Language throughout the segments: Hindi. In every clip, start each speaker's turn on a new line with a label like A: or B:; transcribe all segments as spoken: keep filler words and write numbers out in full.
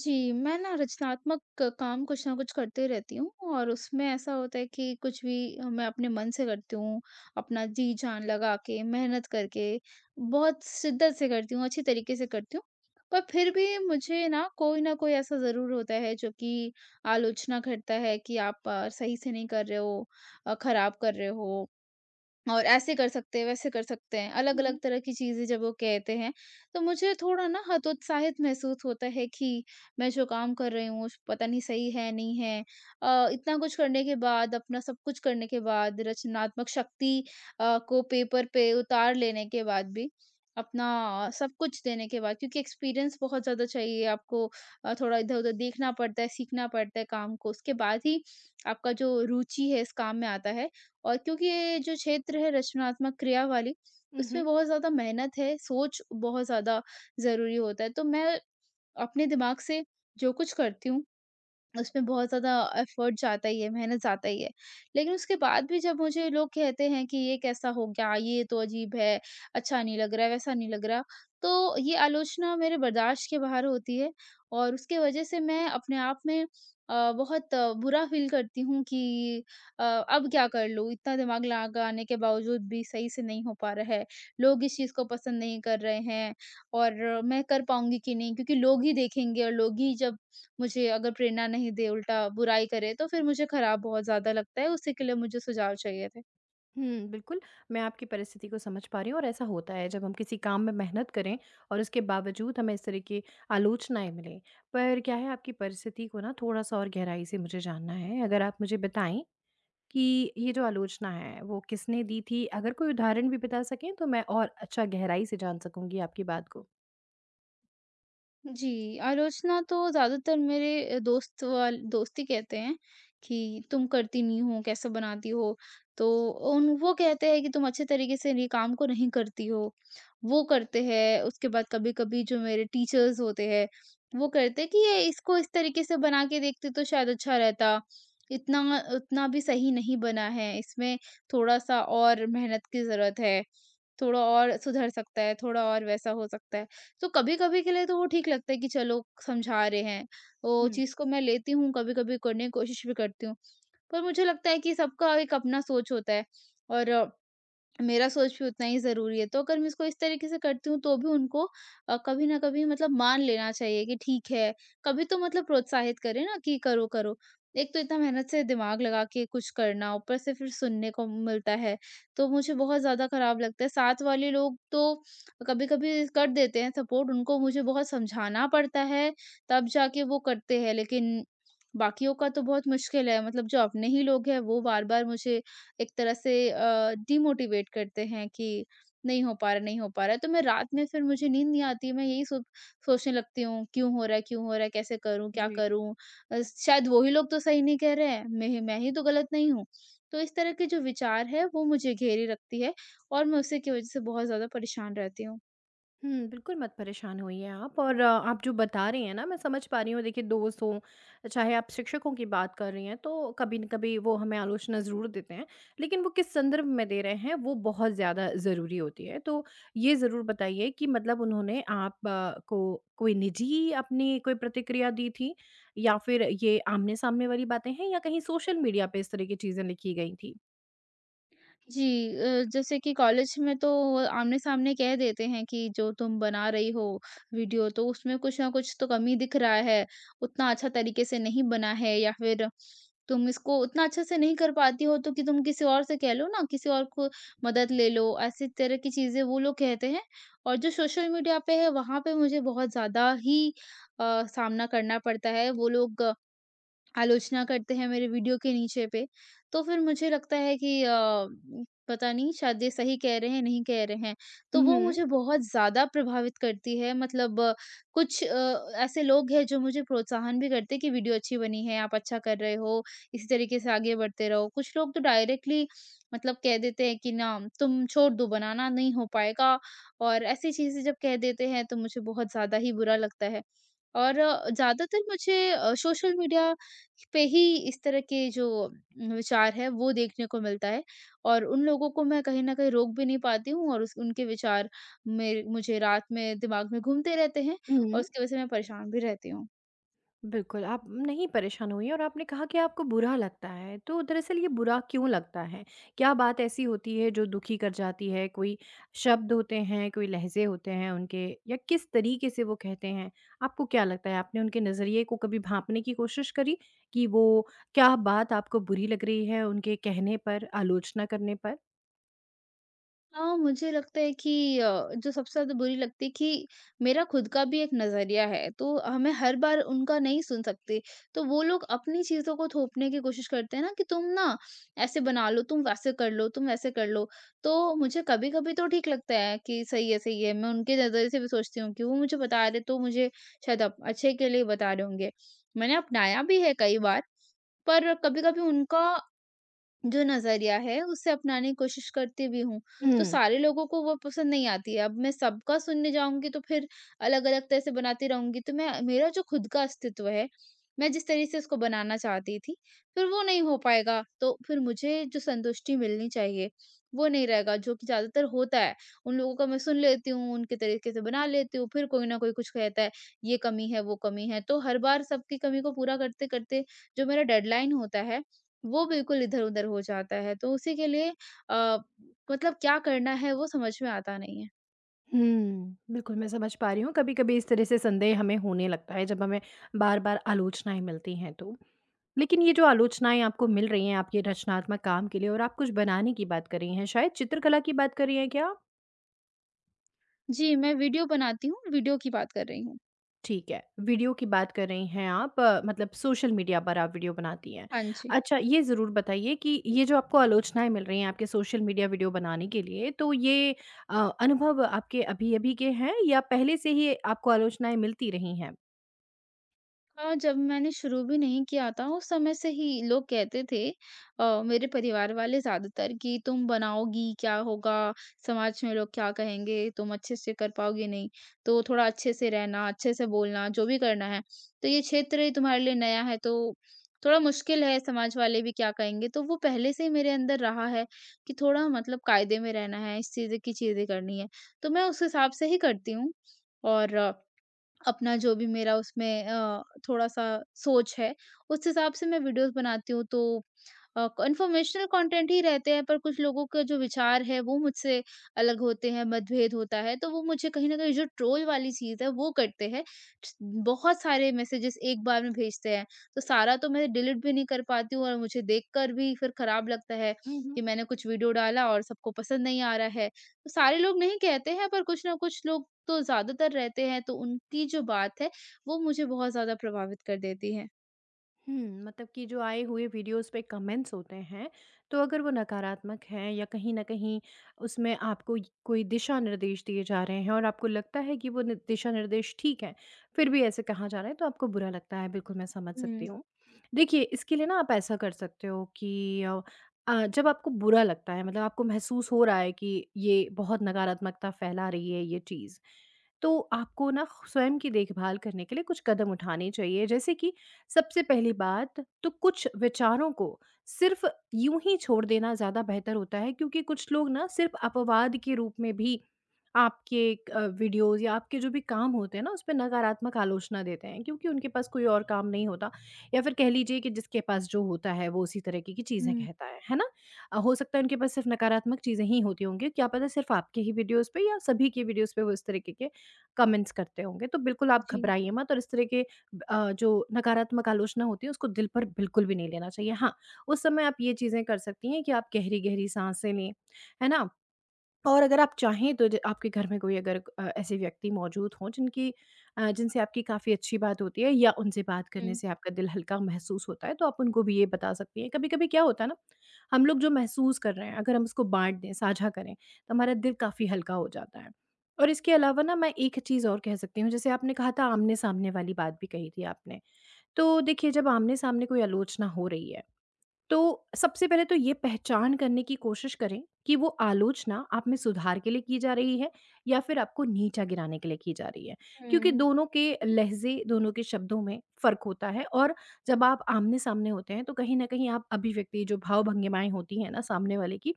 A: जी, मैं ना रचनात्मक क- काम कुछ ना कुछ करते रहती हूँ और उसमें ऐसा होता है कि कुछ भी अ, मैं अपने मन से करती हूँ, अपना जी जान लगा के, मेहनत करके, बहुत शिद्दत से करती हूँ, अच्छी तरीके से करती हूँ। पर फिर भी मुझे ना कोई ना कोई ऐसा ज़रूर होता है जो कि आलोचना करता है कि आप अ, सही से नहीं कर रहे हो, अ, खराब कर रहे हो। और ऐसे कर सकते हैं, वैसे कर सकते हैं,
B: हुँ,
A: अलग-अलग
B: हुँ।
A: तरह की चीज़ें जब वो कहते हैं, तो मुझे थोड़ा ना हतोत्साहित महसूस होता है कि मैं जो काम कर रही हूँ, पता नहीं सही है, नहीं है। अ, इतना कुछ करने के बाद, अपना सब कुछ करने के बाद, रचनात्मक शक्ति अ, को पेपर पे उतार लेने के बाद भी, अपना सब कुछ देने के बाद क्योंकि एक्सपीरियंस बहुत ज़्यादा चाहिए आपको अ, थोड़ा इधर-उधर देखना पड़ता है, सीखना पड़ता है काम को, उसके बाद ही आपका जो रुचि है इस काम में आता है। और क्योंकि ये जो क्षेत्र है रचनात्मक क्रिया वाली,
B: उहुँ,
A: उसमें बहुत ज़्यादा मेहनत है, सोच बहुत ज़्यादा ज़रूरी होता है। तो मैं अपने दिमाग से जो कुछ करती हूँ, उसमें बहुत ज़्यादा एफ़र्ट जाता ही है, मेहनत जाता ही है। लेकिन उसके बाद भी जब मुझे लोग कहते हैं कि ये कैसा हो गया, ये तो अजीब है, अच्छा नहीं लग रहा है, वैसा नहीं लग रहा, तो ये आलोचना मेरे बर्दाश्त के बाहर होती है और उसके वजह से मैं अपने आप में अ, बहुत अ, बुरा फ़ील करती हूँ कि अ, अब क्या कर लूँ? इतना दिमाग लगाने के बावजूद भी सही से नहीं हो पा रहा है। लोग इस चीज़ को पसंद नहीं कर रहे हैं और मैं कर पाऊँगी कि नहीं? क्योंकि लोग ही देखेंगे और लोग ही जब मुझे अगर प्रेरणा नहीं दे, उल्टा बुराई करे, तो फिर मुझे खराब बहुत ज़्यादा लगता है, उसी के लिए मुझे सुझाव चाहिए थे।
B: हुँ, बिल्कुल, मैं आपकी परिस्थिति को समझ पा रही हूँ और ऐसा होता है जब हम किसी काम में मेहनत करें और उसके बावजूद हमें इस तरह की आलोचनाएँ मिलें। पर क्या है आपकी परिस्थिति को ना थोड़ा-सा और गहराई से मुझे जानना है। अगर आप मुझे बताएँ कि ये जो आलोचना है वो किसने दी थी? अगर कोई उदाहरण भी बता सकें तो मैं और अच्छा गहराई से जान सकूँगी आपकी बात को।
A: जी, आलोचना तो ज़्यादातर मेरे दोस्त वाल दोस्त ही कहते हैं कि तुम करती नहीं हो, कैसे बनाती हो? तो उन वो कहते हैं कि तुम अच्छे तरीके से ये काम को नहीं करती हो। वो करते हैं, उसके बाद कभी-कभी जो मेरे टीचर्स होते हैं, वो करते हैं कि ये इसको इस तरीके से बना के देखते तो शायद अच्छा रहता। इतना उतना भी सही नहीं बना है, इसमें थोड़ा-सा और मेहनत की ज़रूरत है। थोड़ा और सुधर सकता है, थोड़ा और वैसा हो सकता है। तो कभी-कभी के लिए तो वो ठीक लगता है कि चलो समझा रहे हैं, वो
B: हुँ,
A: चीज़ को मैं लेती हूँ, कभी-कभी करने की कोशिश भी करती हूँ। पर मुझे लगता है कि सबका एक अपना सोच होता है और मेरा सोच भी उतना ही ज़रूरी है। तो अगर मैं इसको इस तरीके से करती हूँ तो भी उनको अ, कभी न कभी मतलब मान लेना चाहिए कि ठीक है, कभी तो मतलब प्रोत्साहित करें ना कि करो, करो। एक तो इतना मेहनत से दिमाग लगा के कुछ करना, ऊपर से फिर सुनने को मिलता है, तो मुझे बहुत ज़्यादा खराब लगता है। साथ वाले लोग तो कभी-कभी कर देते हैं सपोर्ट, उनको मुझे बहुत समझाना पड़ता है, तब जाके वो करते हैं। लेकिन बाकियों का तो बहुत मुश्किल है, मतलब जो अपने ही लोग हैं वो बार-बार मुझे एक तरह से अ, डिमोटिवेट करते हैं कि नहीं हो पा रहा नहीं हो पा रहा है तो मैं रात में फिर मुझे नींद नहीं आती मैं यही सो, सोचने लगती हूँ क्यों हो रहा है क्यों हो रहा है कैसे करूँ क्या
B: जी।
A: करूँ अ, शायद वही लोग तो सही नहीं कह रहे हैं मैं ही मैं ही तो गलत नहीं हूँ तो इस तरह के जो विचार है वो मुझे घेरे रखती है और मैं उसी की वजह से बहुत ज्यादा परेशान रहती हूँ।
B: हुँ, बिल्कुल मत परेशान होइए आप और अ, आप जो बता रही हैं ना मैं समझ पा रही हूँ। देखिए दोस्त हों, चाहे आप शिक्षकों की बात कर रही हैं तो कभी न कभी वो हमें आलोचना ज़रूर देते हैं, लेकिन वो किस संदर्भ में दे रहे हैं वो बहुत ज़्यादा ज़रूरी होती है। तो ये ज़रूर बताइए कि मतलब उन्होंने आप अ, को कोई निजी अपनी कोई प्रतिक्रिया दी थी? या फिर ये आमने-सामने वाली बातें हैं या कहीं सोशल मीडिया पे इस तरह की चीज़ें लिखी गई थीं?
A: जी। अ, जैसे कि कॉलेज में तो आमने-सामने कह देते हैं कि जो तुम बना रही हो वीडियो तो उसमें कुछ न कुछ तो कमी दिख रहा है, उतना अच्छा तरीके से नहीं बना है या फिर तुम इसको उतना अच्छे से नहीं कर पाती हो तो कि तुम किसी और से कह लो ना, किसी और को मदद ले लो, ऐसी तरह की चीज़ें वो लोग कहते हैं। और जो सोशल मीडिया पे है वहाँ पे मुझे बहुत ज़्यादा ही अ, सामना करना पड़ता है। वो लोग आलोचना करते हैं मेरे वीडियो के नीचे पे, तो फिर मुझे लगता है कि अ, पता नहीं शायद ये सही कह रहे हैं, नहीं कह रहे हैं। तो वो
B: हुँ,
A: मुझे बहुत ज़्यादा प्रभावित करती है मतलब अ, कुछ अ, ऐसे लोग हैं जो मुझे प्रोत्साहन भी करते हैं कि वीडियो अच्छी बनी है, आप अच्छा कर रहे हो, इसी तरीके से आगे बढ़ते रहो। कुछ लोग तो डायरेक्टली मतलब कह देते हैं कि ना तुम छोड़ दो बनाना नहीं हो पाएगा और ऐसी चीज़ें जब कह देते हैं तो मुझे बहुत ज़्यादा ही बुरा लगता है। और ज़्यादातर मुझे अ, सोशल मीडिया पे ही इस तरह के जो विचार है वो देखने को मिलता है और उन लोगों को मैं कहीं न कहीं रोक भी नहीं पाती हूँ और उस उनके विचार मेरे मुझे रात में दिमाग में घूमते रहते हैं और
B: हुँ।
A: उसकी वजह से मैं परेशान भी रहती हूँ।
B: बिल्कुल, आप नहीं परेशान हुई और आपने कहा कि आपको बुरा लगता है, तो दरअसल ये बुरा क्यों लगता है? क्या बात ऐसी होती है जो दुखी कर जाती है? कोई शब्द होते हैं, कोई लहज़े होते हैं उनके या किस तरीके से वो कहते हैं? आपको क्या लगता है आपने उनके नज़रिए को कभी भाँपने की कोशिश करी कि वो क्या बात आपको बुरी लग रही है उनके कहने पर, आलोचना करने पर?
A: हाँ, मुझे लगता है कि अ, जो सबसे ज़्यादा बुरी लगती है कि मेरा खुद का भी एक नज़रिया है, तो हमें हर बार उनका नहीं सुन सकते। तो वो लोग अपनी चीज़ों को थोपने की कोशिश करते हैं ना कि तुम ना ऐसे बना लो, तुम वैसे कर लो, तुम वैसे कर लो। तो मुझे कभी-कभी तो ठीक लगता है कि सही है, सही है। मैं उनके नज़रिए से भी सोचती हूँ कि वो मुझे बता रहे तो मुझे शायद अप अच्छे के लिए बता रहे होंगे। मैंने अपनाया भी है कई बार, पर कभी-कभी उनका जो नज़रिया है उसे अपनाने की कोशिश करती भी हूँ। तो सारे लोगों को वो पसंद नहीं आती है। अब मैं सबका सुनने जाऊँगी तो फिर अलग-अलग तरह से बनाती रहूँगी। तो मैं मेरा जो खुद का अस्तित्व है, मैं जिस तरीके से उसको बनाना चाहती थी, फिर वो नहीं हो पाएगा। तो फिर मुझे जो संतुष्टि मिलनी चाहिए, वो नहीं रहेगा जो कि ज़्यादातर होता है। उन लोगों का मैं सुन लेती हूँ, उनके तरीके से बना लेती हूँ, फिर कोई न कोई कुछ कहता है, ये कमी है, वो कमी है। तो हर बार सबकी कमी को पूरा करते-करते जो मेरा डेडलाइन होता है वो बिल्कुल इधर-उधर हो जाता है, तो उसी के लिए अ, मतलब क्या करना है वो समझ में आता नहीं है।
B: हुँ। बिल्कुल, मैं समझ पा रही हूँ, कभी-कभी इस तरह से संदेह हमें होने लगता है जब हमें बार-बार आलोचनाएँ मिलती हैं तो। लेकिन ये जो आलोचनाएँ आपको मिल रही हैं आपके रचनात्मक काम के लिए और आप कुछ बनाने की बात कर रही हैं, शायद चित्रकला की बात कर रही हैं क्या आप?
A: जी, मैं वीडियो बनाती हूँ, वीडियो की बात कर रही हूँ।
B: ठीक है, वीडियो की बात कर रही हैं आप, अ, मतलब सोशल मीडिया पर आप वीडियो बनाती हैं।
A: हाँ जी।
B: अच्छा ये ज़रूर बताइए कि ये जो आपको आलोचनाएँ मिल रही हैं आपके सोशल मीडिया वीडियो बनाने के लिए तो ये अ, अनुभव आपके अभी-अभी के हैं या पहले से ही आपको आलोचनाएँ मिलती रही हैं?
A: हाँ, जब मैंने शुरू भी नहीं किया था उस समय से ही लोग कहते थे अ, मेरे परिवार वाले ज़्यादातर कि तुम बनाओगी क्या होगा? समाज में लोग क्या कहेंगे? तुम अच्छे से कर पाओगी नहीं। तो थोड़ा अच्छे से रहना, अच्छे से बोलना, जो भी करना है। तो ये क्षेत्र ही तुम्हारे लिए नया है तो थोड़ा मुश्किल है समाज वाले भी क्या कहेंगे? तो वो पहले से ही मेरे अंदर रहा है कि थोड़ा मतलब कायदे में रहना है, इस चीज़ की चीज़ें करनी है। तो मैं उस हिसाब से ही करती हूँ और अपना जो भी मेरा उसमें अ, थोड़ा-सा सोच है, उस हिसाब से मैं वीडियोज़ बनाती हूँ तो अ, क इन्फॉर्मेशनल कंटेंट ही रहते हैं पर कुछ लोगों के जो विचार है वो मुझसे अलग होते हैं, मतभेद होता है तो वो मुझे कहीं न कहीं जो ट्रोल वाली चीज़ है वो करते हैं। स- बहुत सारे मैसेजेस एक बार में भेजते हैं, तो सारा तो मैं डिलीट भी नहीं कर पाती हूँ और मुझे देखकर भी फिर खराब लगता है
B: हुँ, हुँ।
A: कि मैंने कुछ वीडियो डाला और सबको पसंद नहीं आ रहा है। सारे लोग नहीं कहते हैं, पर कुछ ना कुछ लोग तो ज़्यादातर रहते हैं, तो उनकी जो बात है, वो मुझे बहुत ज़्यादा प्रभावित कर देती है।
B: हुँ, मतलब कि जो आए हुए वीडियोज़ पे कमेंट्स होते हैं, तो अगर वो नकारात्मक हैं या कहीं न कहीं उसमें आपको य कोई दिशा-निर्देश दिए जा रहे हैं और आपको लगता है कि वो नि दिशा-निर्देश ठीक हैं, फिर भी ऐसे कहा जा रहा है तो आपको बुरा लगता है, बिल्कुल मैं समझ
A: हुँ,
B: सकती हूँ। देखिए, इसके लिए ना आप ऐसा कर सकते हो कि अ अ, जब आपको बुरा लगता है मतलब आपको महसूस हो रहा है कि ये बहुत नकारात्मकता फैला रही है ये चीज़, तो आपको ना ख़ुद स्वयं की देखभाल करने के लिए कुछ कदम उठाने चाहिए। जैसे कि सबसे पहली बात तो कुछ विचारों को सिर्फ यूं ही छोड़ देना ज़्यादा बेहतर होता है, क्योंकि कुछ लोग ना सिर्फ अपवाद के रूप में भी आपके अ, वीडियोस या आपके जो भी काम होते हैं ना उस पे नकारात्मक आलोचना देते हैं, क्योंकि उनके पास कोई और काम नहीं होता या फिर कह लीजिए कि जिसके पास जो होता है वो उसी तरह की की चीज़ें
A: हुँ,
B: कहता है है ना? अ, हो सकता है उनके पास सिर्फ नकारात्मक चीज़ें ही होती होंगी, क्या पता सिर्फ आपके ही वीडियोस पे या सभी के वीडियोस पे वो इस तरीके के कमेंट्स करते होंगे। तो बिल्कुल आप
A: जी,
B: घबराइए मत और इस तरह के अ, जो नकारात्मक आलोचना होती है उसको दिल पर बिल्कुल भी नहीं लेना चाहिए। हाँ, उस समय आप ये चीज़ें कर सकती हैं कि आप गहरी-गहरी साँसें लें, है ना? और अगर आप चाहें तो ज आपके घर में कोई अगर अ, ऐसे व्यक्ति मौजूद हों जिनकी अ, जिनसे आपकी काफ़ी अच्छी बात होती है या उनसे बात करने
A: हुँ,
B: से आपका दिल हल्का महसूस होता है, तो आप उनको भी ये बता सकती हैं। कभी-कभी क्या होता है ना, हम लोग जो महसूस कर रहे हैं, अगर हम उसको बाँट दें, साझा करें, तो हमारा दिल काफ़ी हल्का हो जाता है। और इसके अलावा ना मैं एक चीज़ और कह सकती हूँ, जैसे आपने कहा था आमने-सामने वाली बात भी कही थी आपने। तो देखिए, जब आमने-सामने कोई आलोचना हो रही है तो सबसे पहले तो ये पहचान करने की कोशिश करें कि वो आलोचना आप में सुधार के लिए की जा रही है या फिर आपको नीचा गिराने के लिए की जा रही है, क्योंकि
A: हुँ,
B: दोनों के लहजे, दोनों के शब्दों में फर्क होता है। और जब आप आमने सामने होते हैं तो कहीं ना कहीं आप अभिव्यक्ति जो भाव भंगिमाएं होती हैं ना सामने वाले की,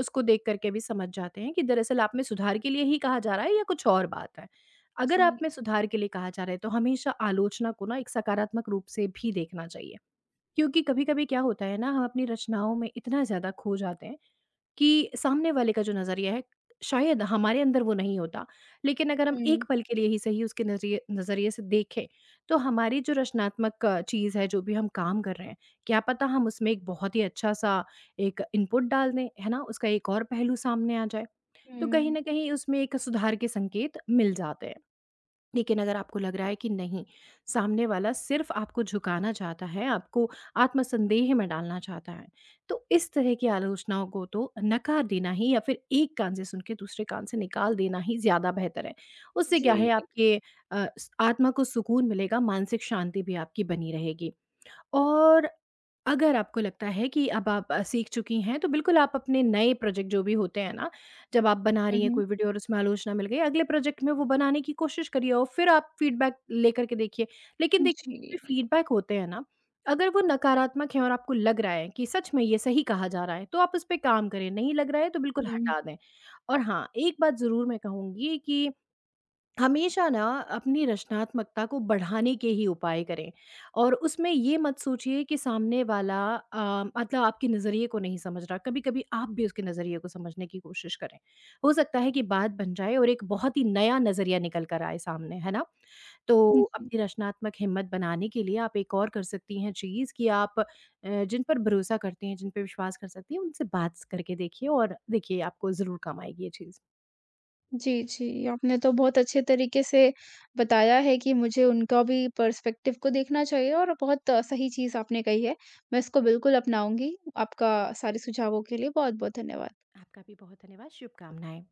B: उसको देख करके भी समझ जाते हैं कि दरअसल आप में सुधार के लिए ही कहा जा रहा है या कुछ और बात है। अगर आप
A: जी,
B: में सुधार के लिए कहा जा रहा है तो हमेशा आलोचना को ना एक सकारात्मक रूप से भी देखना चाहिए, क्योंकि कभी-कभी क्या होता है ना, हम अपनी रचनाओं में इतना ज़्यादा खो जाते हैं कि सामने वाले का जो नज़रिया है, शायद हमारे अंदर वो नहीं होता। लेकिन अगर हम एक
A: हुँ,
B: पल के लिए ही सही उसके नज़रिए नज़रिए से देखें, तो हमारी जो रचनात्मक चीज़ है, जो भी हम काम कर रहे हैं, क्या पता हम उसमें एक बहुत ही अच्छा-सा एक इनपुट डाल दें, है ना? उसका एक और पहलू सामने आ जाए। तो कहीं
A: हुँ,
B: न कहीं उसमें एक सुधार के संकेत मिल जाते हैं। लेकिन अगर आपको लग रहा है कि नहीं, सामने वाला सिर्फ़ आपको झुकाना चाहता है, आपको आत्मसंदेह में डालना चाहता है, तो इस तरह की आलोचनाओं को तो नकार देना ही या फिर एक कान से सुन के दूसरे कान से निकाल देना ही ज़्यादा बेहतर है। उससे क्या है,
A: जी,
B: आपके अ, स आत्मा को सुकून मिलेगा, मानसिक शांति भी आपकी बनी रहेगी। और अगर आपको लगता है कि अब आप अ, सीख चुकी हैं, तो बिल्कुल आप अपने नए प्रोजेक्ट जो भी होते हैं ना, जब आप बना रही हैं
A: हुँ,
B: कोई वीडियो और उसमें आलोचना मिल गई, अगले प्रोजेक्ट में वो बनाने की कोशिश करिए और फिर आप फीडबैक लेकर के देखिए। लेकिन
A: हुँ,
B: देखिए,
A: जी,
B: जो फीडबैक होते हैं ना, अगर वो नकारात्मक हैं और आपको लग रहा है कि सच में ये सही कहा जा रहा है, तो आप उस पे काम करें, नहीं लग रहा है तो बिल्कुल
A: हुँ, जी।
B: हटा दें। और हाँ, एक बात ज़रूर मैं कहूँगी कि हमेशा ना अपनी रचनात्मकता को बढ़ाने के ही उपाय करें और उसमें ये मत सोचिए कि सामने वाला अ, मतलब आपके नज़रिए को नहीं समझ रहा। कभी-कभी आप भी उसके नज़रिए को समझने की कोशिश करें। हो सकता है कि बात बन जाए और एक बहुत ही नया नज़रिया निकल कर आए सामने, है ना? तो अपनी रचनात्मक हिम्मत बनाने के लिए आप एक और कर सकती हैं चीज़ कि आप, अ, जिन पर भरोसा करती हैं, जिन पे विश्वास कर सकती हैं, उनसे बात करके देखिए और देखिए आपको ज़रूर काम आएगी ये चीज़।
A: जी, जी, आपने तो बहुत अच्छे तरीके से बताया है कि मुझे उनका भी पर्सपेक्टिव को देखना चाहिए और बहुत अ, सही चीज़ आपने कही है। मैं इसको बिल्कुल अपनाऊँगी। आपका सारे सुझावों के लिए बहुत-बहुत धन्यवाद।
B: आपका भी बहुत धन्यवाद, शुभकामनाएँ।